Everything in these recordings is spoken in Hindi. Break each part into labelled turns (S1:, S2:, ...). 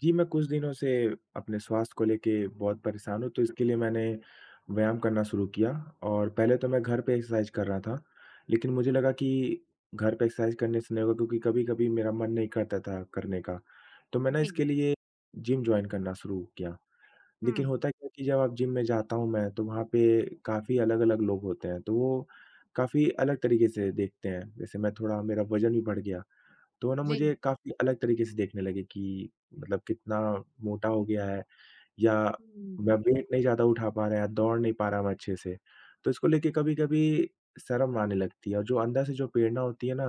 S1: जी, मैं कुछ दिनों से अपने स्वास्थ्य को लेके बहुत परेशान हूँ, तो इसके लिए मैंने व्यायाम करना शुरू किया। और पहले तो मैं घर पे एक्सरसाइज कर रहा था, लेकिन मुझे लगा कि घर पे एक्सरसाइज करने से नहीं होगा, क्योंकि कभी-कभी मेरा मन नहीं करता था करने का। तो मैं ना
S2: जी,
S1: इसके लिए जिम जॉइन करना शुरू किया,
S2: हुँ,
S1: लेकिन होता क्या है कि जब आप जिम में जाता हूँ मैं, तो वहाँ पे काफ़ी अलग-अलग लोग होते हैं, तो वो काफ़ी अलग तरीके से देखते हैं। जैसे मैं थोड़ा मेरा वज़न भी बढ़ गया। तो ना मुझे
S2: जी,
S1: काफ़ी अलग तरीके से देखने लगे कि मतलब कितना मोटा हो गया है। या
S2: हुँ,
S1: मैं वेट नहीं ज़्यादा उठा पा रहा, या दौड़ नहीं पा रहा मैं अच्छे से। तो इसको लेके कभी-कभी शर्म आने लगती है, और जो अंदर से जो प्रेरणा होती है ना,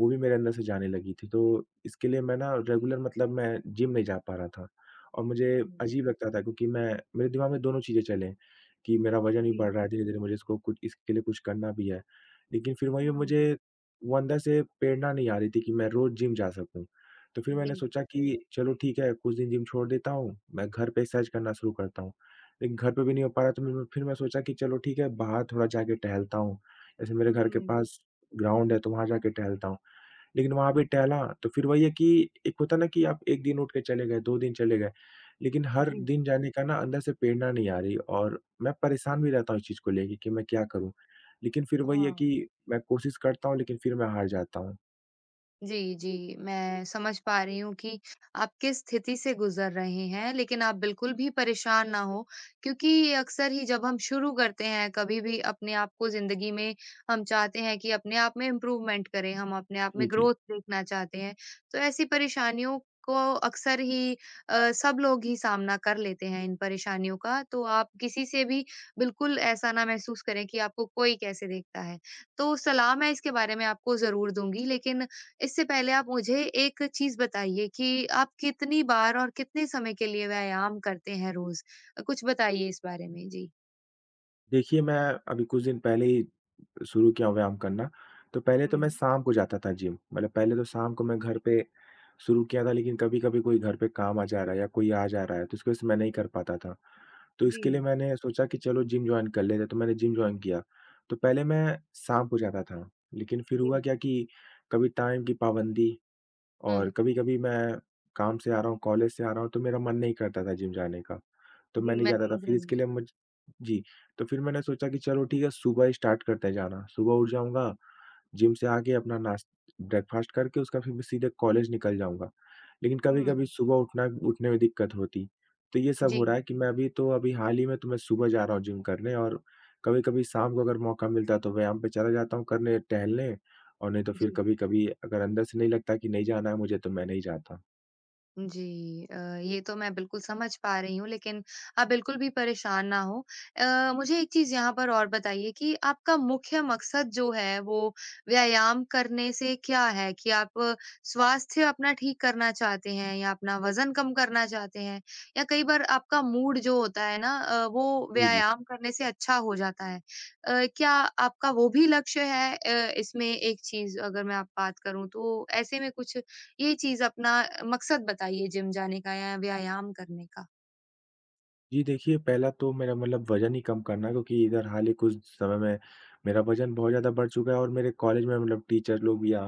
S1: वो भी मेरे अंदर से जाने लगी थी। तो इसके लिए मैं ना रेगुलर मतलब मैं जिम नहीं जा पा रहा था, और मुझे
S2: हुँ,
S1: अजीब लगता था, क्योंकि मैं मेरे दिमाग में दोनों चीज़ें चलें, कि मेरा वज़न भी
S2: जी,
S1: बढ़ रहा है धीरे-धीरे, मुझे इसको कुछ इसके लिए कुछ करना भी है। लेकिन फिर वहीं पे
S2: हुँ,
S1: मुझे वो अंदर से प्रेरणा नहीं आ रही थी कि मैं रोज़ जिम जा सकूँ। तो फिर मैंने
S2: जी,
S1: सोचा कि चलो ठीक है, कुछ दिन जिम छोड़ देता हूँ, मैं घर पे एक्सरसाइज करना शुरू करता हूँ। लेकिन घर पे भी नहीं हो पा रहा, तो मैं फिर मैं सोचा कि चलो ठीक है, बाहर थोड़ा जाके टहलता हूँ। जैसे मेरे घर के
S2: हुँ,
S1: पास ग्राउंड है, तो वहाँ जाके टहलता हूँ। लेकिन वहाँ भी टहला तो फिर वही है कि एक होता है ना कि आप 1 दिन उठ के चले गए, 2 दिन चले गए, लेकिन हर
S2: जी,
S1: दिन जाने का ना अंदर से प्रेरणा नहीं आ रही, और मैं परेशान भी रहता हूँ इस चीज़ को लेके कि मैं क्या करूँ? लेकिन फिर वही है
S2: हाँ।
S1: कि मैं कोशिश करता हूँ, लेकिन फिर मैं हार जाता हूँ।
S2: जी, जी। मैं समझ पा रही हूँ कि आप किस स्थिति से गुज़र रहे हैं, लेकिन आप बिल्कुल भी परेशान ना हों क्योंकि अक्सर ही जब हम शुरू करते हैं कभी भी अपने आप को ज़िंदगी में, हम चाहते हैं कि अपने आप में इम्प्रूवमेंट करें, हम अपने आप
S1: जी,
S2: में
S1: जी।
S2: ग्रोथ देखना चाहते हैं। तो ऐसी परेशानियों को अक्सर ही सब लोग ही सामना कर लेते हैं इन परेशानियों का, तो आप किसी से भी बिल्कुल ऐसा ना महसूस करें कि आपको कोई कैसे देखता है। तो सलाह मैं इसके बारे में आपको ज़रूर दूँगी, लेकिन इससे पहले आप मुझे एक चीज़ बताइए कि आप कितनी बार और कितने समय के लिए व्यायाम करते हैं रोज़? कुछ बताइए इस बारे में? जी।
S1: देखिए, मैं अभी कुछ दिन पहले ही शुरू किया हूँ व्यायाम करना। तो पहले तो मैं
S2: हुँ।
S1: शाम को जाता था जिम। मतलब पहले तो शाम को मैं घर पे शुरू किया था, लेकिन कभी-कभी कोई घर पे काम आ जा रहा है या कोई आ जा रहा है, तो उसकी वजह से मैं नहीं कर पाता था। तो इसके लिए
S2: जी,
S1: मैंने सोचा कि चलो जिम जॉइन कर लेते हैं, तो मैंने जिम जॉइन किया। तो पहले मैं शाम को जाता था, लेकिन फिर
S2: जी।
S1: हुआ क्या कि कभी टाइम की पाबंदी,
S2: हुँ।
S1: और कभी-कभी मैं काम से आ रहा हूँ, कॉलेज से आ रहा हूँ, तो मेरा मन नहीं करता था जिम जाने का। तो
S2: जी,
S1: मैं
S2: मैं
S1: नहीं
S2: मैं
S1: जाता था,
S2: समझ
S1: फिर
S2: रही
S1: इसके
S2: हूँ।
S1: लिए मुझ जी, तो फिर मैंने सोचा कि चलो ठीक है, सुबह स्टार्ट करते हैं जाना। सुबह उठ जाऊँगा, जिम से आके अपना नाश ब्रेकफ़ास्ट करके उसके बाद फिर मैं सीधे कॉलेज निकल जाऊँगा। लेकिन कभी-कभी
S2: हुँ।
S1: सुबह उठना उठने में दिक्कत होती। तो ये सब
S2: जी,
S1: हो रहा है कि
S2: जी,
S1: मैं अभी तो अभी हाल ही में तो मैं सुबह जा रहा हूँ जिम करने, और कभी-कभी शाम को अगर मौका मिलता है तो व्यायाम पे चला जाता हूँ करने टहलने, और नहीं तो
S2: जी।
S1: फिर कभी-कभी अगर अंदर से नहीं लगता कि नहीं जाना है मुझे, तो मैं नहीं जाता।
S2: जी ये तो मैं बिल्कुल समझ पा रही हूँ लेकिन आप बिल्कुल भी परेशान ना हो। मुझे एक चीज़ यहाँ पर और बताइए कि आपका मुख्य मकसद जो है वो व्यायाम करने से क्या है? कि आप स्वास्थ्य अपना ठीक करना चाहते हैं या अपना वज़न कम करना चाहते हैं? या कई बार आपका मूड जो होता है ना वो
S1: जी, जी।
S2: व्यायाम करने से अच्छा हो जाता है। क्या आपका वो भी लक्ष्य है इसमें एक चीज़ अगर मैं आप बात करूँ तो ऐसे में कुछ ये चीज़ अपना मकसद बताइए जिम जाने का या व्यायाम करने का?
S1: जी, देखिए, पहला तो मेरा मतलब वज़न ही कम करना, क्योंकि इधर हाल ही कुछ समय में मेरा वज़न बहुत ज़्यादा बढ़ चुका है, और मेरे कॉलेज में मतलब टीचर लोग, या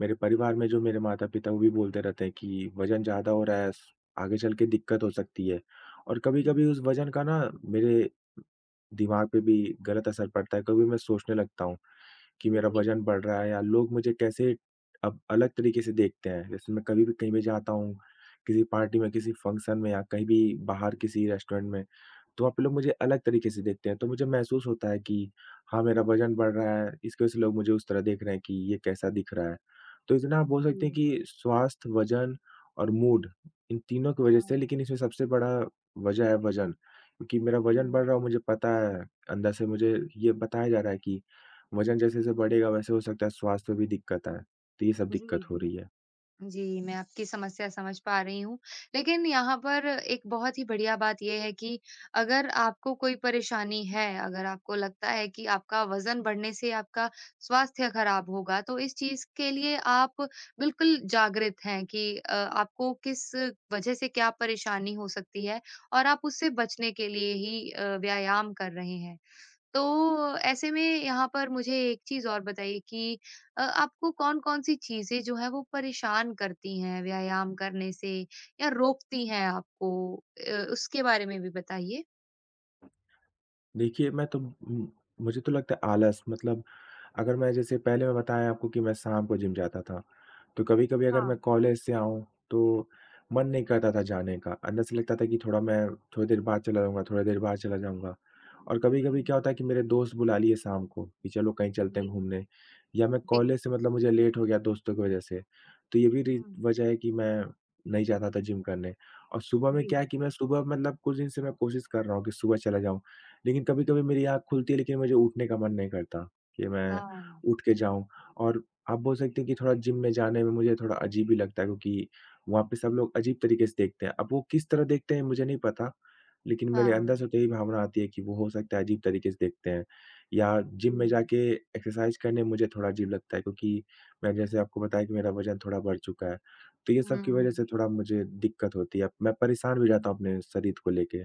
S1: मेरे परिवार में जो मेरे माता-पिता, वो भी बोलते रहते हैं कि वज़न ज़्यादा हो रहा है, स आगे चल के दिक्कत हो सकती है। और
S2: हुँ,
S1: कभी-कभी उस वज़न का ना मेरे दिमाग पे भी गलत असर पड़ता है, कभी मैं सोचने लगता हूँ कि मेरा
S2: जी,
S1: वज़न बढ़ रहा है, या लोग मुझे कैसे अब अलग तरीके से देखते हैं। जैसे मैं कभी भी कहीं भी जाता हूँ, किसी पार्टी में, किसी फंक्शन में, या कहीं भी बाहर किसी रेस्टोरेंट में, तो वहाँ पे लोग मुझे अलग तरीके से देखते हैं, तो मुझे महसूस होता है कि हाँ, मेरा वज़न बढ़ रहा है, इसकी वज़ह से लोग मुझे उस तरह देख रहे हैं कि ये कैसा दिख रहा है। तो इसलिए आप बोल सकते हैं
S2: जी,
S1: कि स्वास्थ्य, वज़न और मूड, इन तीनों की वज़ह से,
S2: हाँ,
S1: लेकिन इसमें सबसे बड़ा वज़ह है वज़न, क्योंकि मेरा
S2: हुँ,
S1: वज़न बढ़ रहा है, और मुझे पता है, अंदर से मुझे ये बताया जा रहा है कि वज़न जैसे-जैसे बढ़ेगा, वैसे हो सकता है स्वास्थ्य में भी दिक्कत आए, तो ये सब
S2: जी,
S1: दिक्कत हो
S2: जी।
S1: रही है।
S2: जी, मैं आपकी समस्या समझ पा रही हूँ। लेकिन यहाँ पर एक बहुत ही बढ़िया बात ये है कि अगर आपको कोई परेशानी है, अगर आपको लगता है कि आपका वज़न बढ़ने से आपका स्वास्थ्य खराब होगा, तो इस चीज़ के लिए आप बिल्कुल जागृत हैं कि आपको किस वजह से क्या परेशानी हो सकती है और आप उससे बचने के लिए ही व्यायाम कर रहे हैं। तो ऐसे में यहाँ पर मुझे एक चीज़ और बताइए कि आपको कौन-कौन सी चीज़ें जो हैं वो परेशान करती हैं व्यायाम करने से या रोकती हैं आपको? उसके बारे में भी बताइए।
S1: देखिए, मैं तो मुझे तो लगता है आलस, मतलब अगर मैं जैसे पहले मैं बताया आपको कि मैं शाम को जिम जाता था, तो कभी-कभी अगर मैं
S2: हाँ।
S1: कॉलेज से आऊँ, तो मन नहीं करता था जाने का। अंदर से लगता था कि थोड़ा मैं थोड़ी देर बाद चला जाऊँगा, थोड़ी देर बाद चला जाऊँगा, और
S2: हुँ,
S1: कभी-कभी क्या होता है कि मेरे दोस्त बुला लिए शाम को कि चलो कहीं चलते
S2: जी।
S1: हैं घूमने, या मैं
S2: जी।
S1: कॉलेज से मतलब मुझे लेट हो गया दोस्तों की वजह से। तो ये भी री
S2: हुँ,
S1: वजह है कि मैं नहीं जाता था जिम करने। और सुबह में
S2: जी।
S1: क्या है कि मैं सुबह मतलब कुछ दिन से मैं कोशिश कर रहा हूँ कि सुबह चला जाऊँ। लेकिन कभी-कभी मेरी आँख खुलती है, लेकिन मुझे उठने का मन नहीं करता कि मैं
S2: हाँ,
S1: उठ के जाऊँ। और आप बोल सकते हैं कि थोड़ा जिम में जाने में मुझे थोड़ा अजीब ही लगता है, क्योंकि वहाँ पे सब लोग अजीब तरीके से देखते हैं। अब वो किस तरह देखते हैं, मुझे नहीं पता, लेकिन मेरे अंदर
S2: हाँ।
S1: से तो यही भावना आती है कि वो हो सकता है अजीब तरीके से देखते हैं, या जिम में
S2: जी।
S1: जाके एक्सरसाइज करने में मुझे थोड़ा अजीब लगता है, क्योंकि मैं जैसे आपको बताया कि मेरा वज़न थोड़ा बढ़ चुका है। तो ये सब की वज़ह से
S2: हुँ।
S1: थोड़ा मुझे दिक्कत होती है। मैं परेशान भी हो जाता हूँ अपने शरीर को लेके।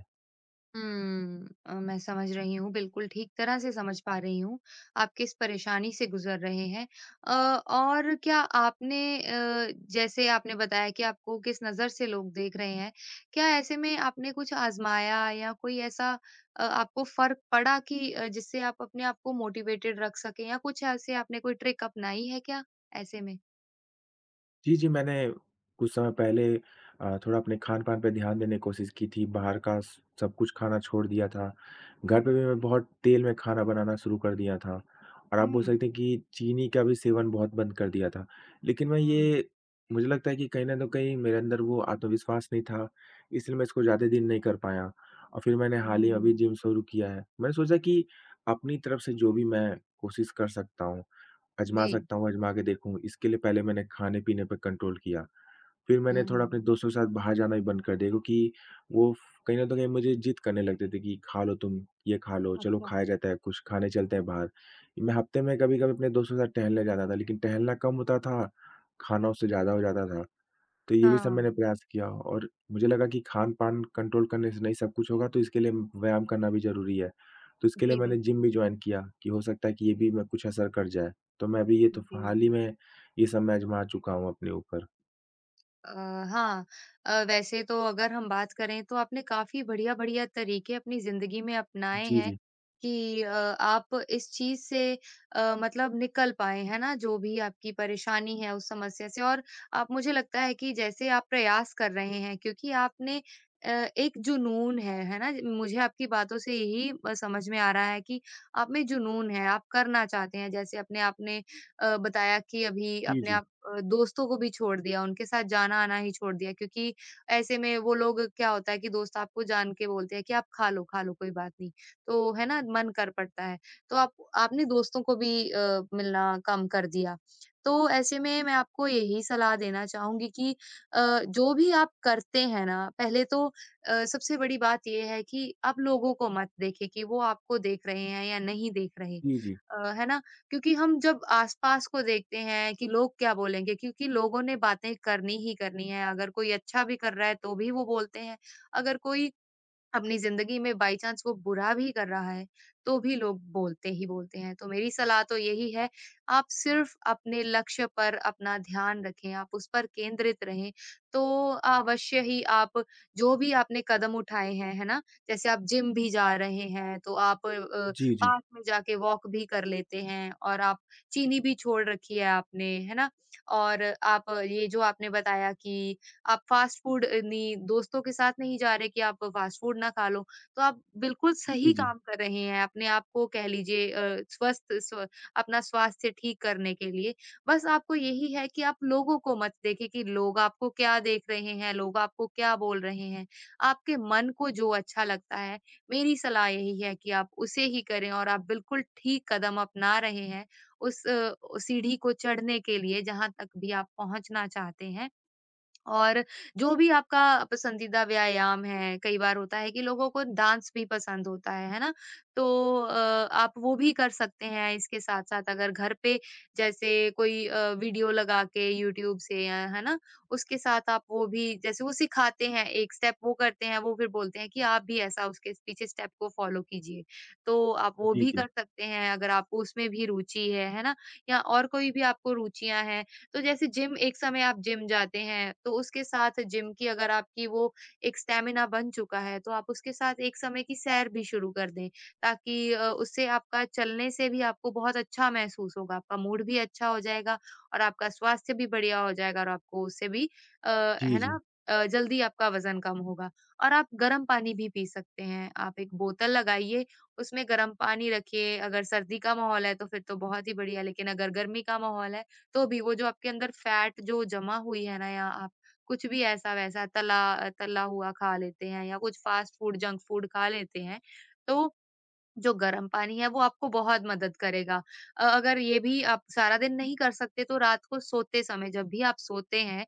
S2: हुँ। मैं समझ रही हूँ, बिल्कुल ठीक तरह से समझ पा रही हूँ, आप किस परेशानी से गुज़र रहे हैं। और क्या आपने जैसे आपने बताया कि आपको किस नज़र से लोग देख रहे हैं, क्या ऐसे में आपने कुछ आज़माया या कोई ऐसा आपको फ़र्क पड़ा कि जिससे आप अपने आप को मोटिवेटेड रख सकें या कुछ ऐसे आपने कोई ट्रिक अपनाई है क्या ऐसे में?
S1: जी, जी, मैंने कुछ समय पहले थोड़ा अपने खान-पान पे ध्यान देने की कोशिश की थी, बाहर का स सब कुछ खाना छोड़ दिया था। घर पे भी मैं बहुत तेल में खाना बनाना शुरू कर दिया था, और आप बोल
S2: हुँ,
S1: सकते हैं कि चीनी का भी सेवन बहुत बंद कर दिया था। लेकिन मैं
S2: हुँ, हुँ।
S1: ये मुझे लगता है कि कहीं न तो कहीं मेरे अंदर वो आत्मविश्वास नहीं था, इसलिए मैं इसको ज़्यादा दिन नहीं कर पाया, और फिर मैंने
S2: जी।
S1: हाल ही में अभी जिम शुरू किया है। मैंने सोचा कि अपनी तरफ से जो भी मैं कोशिश कर सकता हूँ, आज़मा
S2: जी।
S1: सकता हूँ, आज़मा के देखूँ। इसके लिए पहले मैंने खाने-पीने पे कंट्रोल किया। फिर मैंने
S2: हुँ।
S1: थोड़ा अपने दोस्तों के साथ बाहर जाना भी बंद कर दिया, क्योंकि वो फ कहीं न तो कहीं मुझे जिद करने लगते थे कि, "खा लो तुम, ये खा लो, चलो
S2: अच्छा।
S1: खाया जाता है, कुछ खाने चलते हैं बाहर।" मैं हफ़्ते में कभी-कभी अपने दोस्तों के साथ टहलने जाता था, लेकिन टहलना कम होता था, खाना उससे ज़्यादा हो जाता था। तो ये भी सब मैंने
S2: हाँ।
S1: प्रयास किया, और मुझे लगा कि खान-पान कंट्रोल करने से नहीं सब कुछ होगा, तो इसके लिए व्यायाम करना भी ज़रूरी है। तो इसके लिए
S2: जी,
S1: मैंने जिम
S2: बिल्कुल।
S1: भी जॉइन किया कि हो सकता है कि ये भी मैं कुछ असर कर जाए। तो मैं अभी ये तो
S2: जी।
S1: हाल ही में ये सब मैं आज़मा चुका हूँ अपने ऊपर।
S2: अ, हाँ वैसे तो अगर हम बात करें तो आपने काफ़ी बढ़िया-बढ़िया तरीके अपनी ज़िंदगी में अपनाए
S1: जी,
S2: हैं
S1: जी।
S2: कि आप इस चीज़ से मतलब निकल पाएँ, है ना? जो भी आपकी परेशानी है उस समस्या से और आप मुझे लगता है कि जैसे आप प्रयास कर रहे हैं क्योंकि आपने अ, एक जुनून है ना? मुझे आपकी बातों से यही समझ में आ रहा है कि आप में जुनून है, आप करना चाहते हैं। जैसे अपने आपने बताया कि अभी
S1: जी,
S2: अपने
S1: जी।
S2: आप दोस्तों को भी छोड़ दिया, उनके साथ जाना-आना ही छोड़ दिया क्योंकि ऐसे में वो लोग क्या होता है कि दोस्त आपको जान के बोलते हैं कि आप खा लो कोई बात नहीं। तो है ना मन कर पड़ता है। तो आप आपने दोस्तों को भी मिलना कम कर दिया। तो ऐसे में मैं आपको यही सलाह देना चाहूँगी कि अ, जो भी आप करते हैं ना, पहले तो सबसे बड़ी बात ये है कि आप लोगों को मत देखें कि वो आपको देख रहे हैं या नहीं देख रहे।
S1: जी, जी।
S2: है ना? क्योंकि हम जब आस-पास को देखते हैं कि लोग क्या बोलेंगे क्योंकि लोगों ने बातें करनी ही करनी है, अगर कोई अच्छा भी कर रहा है तो भी वो बोलते हैं, अगर कोई अपनी ज़िंदगी में बाई चांस वो बुरा भी कर रहा है, तो भी लोग बोलते ही बोलते हैं। तो मेरी सलाह तो यही है, आप सिर्फ़ अपने लक्ष्य पर अपना ध्यान रखें, आप उस पर केंद्रित रहें, तो अवश्य ही आप जो भी आपने कदम उठाए हैं, है ना? जैसे आप जिम भी जा रहे हैं, तो आप
S1: जी, जी।
S2: पार्क में जाके वॉक भी कर लेते हैं और आप चीनी भी छोड़ रखी है आपने, है ना? और आप ये जो आपने बताया कि आप फास्ट फूड नहीं दोस्तों के साथ नहीं जा रहे कि आप फास्ट फूड ना खा लो। तो आप बिल्कुल सही काम कर रहे हैं, अपने आप को कह लीजिए स्वस्थ स्व अपना स्वास्थ्य ठीक करने के लिए। बस आपको यही है कि आप लोगों को मत देखें कि लोग आपको क्या देख रहे हैं, लोग आपको क्या बोल रहे हैं। आपके मन को जो अच्छा लगता है, मेरी सलाह यही है कि आप उसे ही करें और आप बिल्कुल ठीक कदम अपना रहे हैं, उस सीढ़ी को चढ़ने के लिए जहाँ तक भी आप पहुँचना चाहते हैं। और जो भी आपका पसंदीदा व्यायाम है, कई बार होता है कि लोगों को डांस भी पसंद होता है ना? तो अ, आप वो भी कर सकते हैं इसके साथ-साथ अगर घर पे जैसे कोई वीडियो लगा के यूट्यूब से या है ना? उसके साथ आप वो भी जैसे वो सिखाते हैं, एक स्टेप वो करते हैं, वो फिर बोलते हैं कि आप भी ऐसा उसके पीछे स्टेप को फ़ॉलो कीजिए। तो आप वो
S1: जी,
S2: भी
S1: जी।
S2: कर सकते हैं अगर आपको उसमें भी रुचि है ना? या और कोई भी आपको रुचियाँ हैं तो जैसे जिम एक समय आप जिम जाते हैं, तो उसके साथ जिम की अगर आपकी वो एक स्टैमिना बन चुका है, तो आप उसके साथ एक समय की सैर भी शुरू कर दें, ताकि उससे आपका चलने से भी आपको बहुत अच्छा महसूस होगा, आपका मूड भी अच्छा हो जाएगा और आपका स्वास्थ्य भी बढ़िया हो जाएगा और आपको उससे भी
S1: जी, जी।
S2: है
S1: जी,
S2: ना
S1: जी।
S2: जल्दी आपका वज़न कम होगा और आप गर्म पानी भी पी सकते हैं। आप एक बोतल लगाइए, उसमें गर्म पानी रखिए, अगर सर्दी का माहौल है, तो फिर तो बहुत ही बढ़िया, लेकिन अगर गर्मी का माहौल है, तो भी वो जो आपके अंदर फैट जो जमा हुई है ना या आप कुछ भी ऐसा-वैसा तला तला हुआ खा लेते हैं या कुछ फास्ट फूड, जंक फूड खा लेते हैं, तो जो गर्म पानी है वो आपको बहुत मदद करेगा। अगर ये भी आप सारा दिन नहीं कर सकते तो रात को सोते समय जब भी आप सोते हैं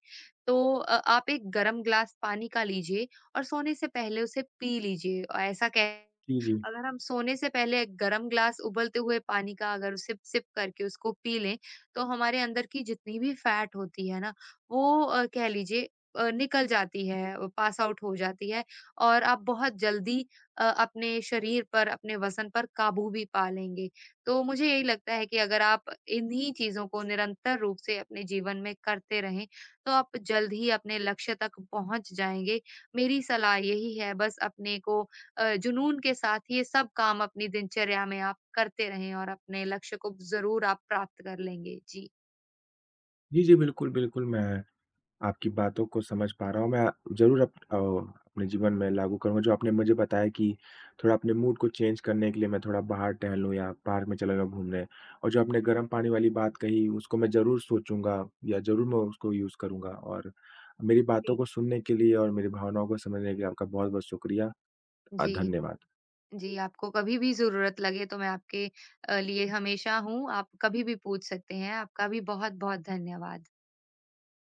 S2: तो आप एक गर्म ग्लास पानी का लीजिए और सोने से पहले उसे पी लीजिए। ऐसा कह
S1: जी, जी।
S2: अगर हम सोने से पहले एक गर्म ग्लास उबलते हुए पानी का अगर सिप सिप करके उसको पी लें, तो हमारे अंदर की जितनी भी फैट होती है ना वो कह लीजिए निकल जाती है, पास आउट हो जाती है और आप बहुत जल्दी अपने शरीर पर, अपने वज़न पर काबू भी पा लेंगे। तो मुझे यही लगता है कि अगर आप इन्हीं चीज़ों को निरंतर रूप से अपने जीवन में करते रहें, तो आप जल्द ही अपने लक्ष्य तक पहुँच जाएँगे। मेरी सलाह यही है बस अपने को जुनून के साथ ये सब काम अपनी दिनचर्या में आप करते रहें और अपने लक्ष्य को ज़रूर आप प्राप्त कर लेंगे। जी।
S1: जी, जी, बिल्कुल, बिल्कुल मैं आपकी बातों को समझ पा रहा हूँ। मैं ज़रूर अपने जीवन में लागू करूँगा जो आपने मुझे बताया, कि थोड़ा अपने मूड को चेंज करने के लिए मैं थोड़ा बाहर टहलूँ, या पार्क में चला जाऊँ घूमने। और जो आपने गर्म पानी वाली बात कही, उसको मैं ज़रूर सोचूँगा, या ज़रूर मैं उसको यूज़ करूँगा। और मेरी
S2: जी।
S1: बातों को सुनने के लिए, और मेरी भावनाओं को समझने के लिए आपका बहुत-बहुत शुक्रिया,
S2: जी, जी।
S1: धन्यवाद।
S2: जी, आपको कभी भी ज़रूरत लगे तो मैं आपके लिए हमेशा हूँ, आप कभी भी पूछ सकते हैं। आपका भी बहुत-बहुत धन्यवाद।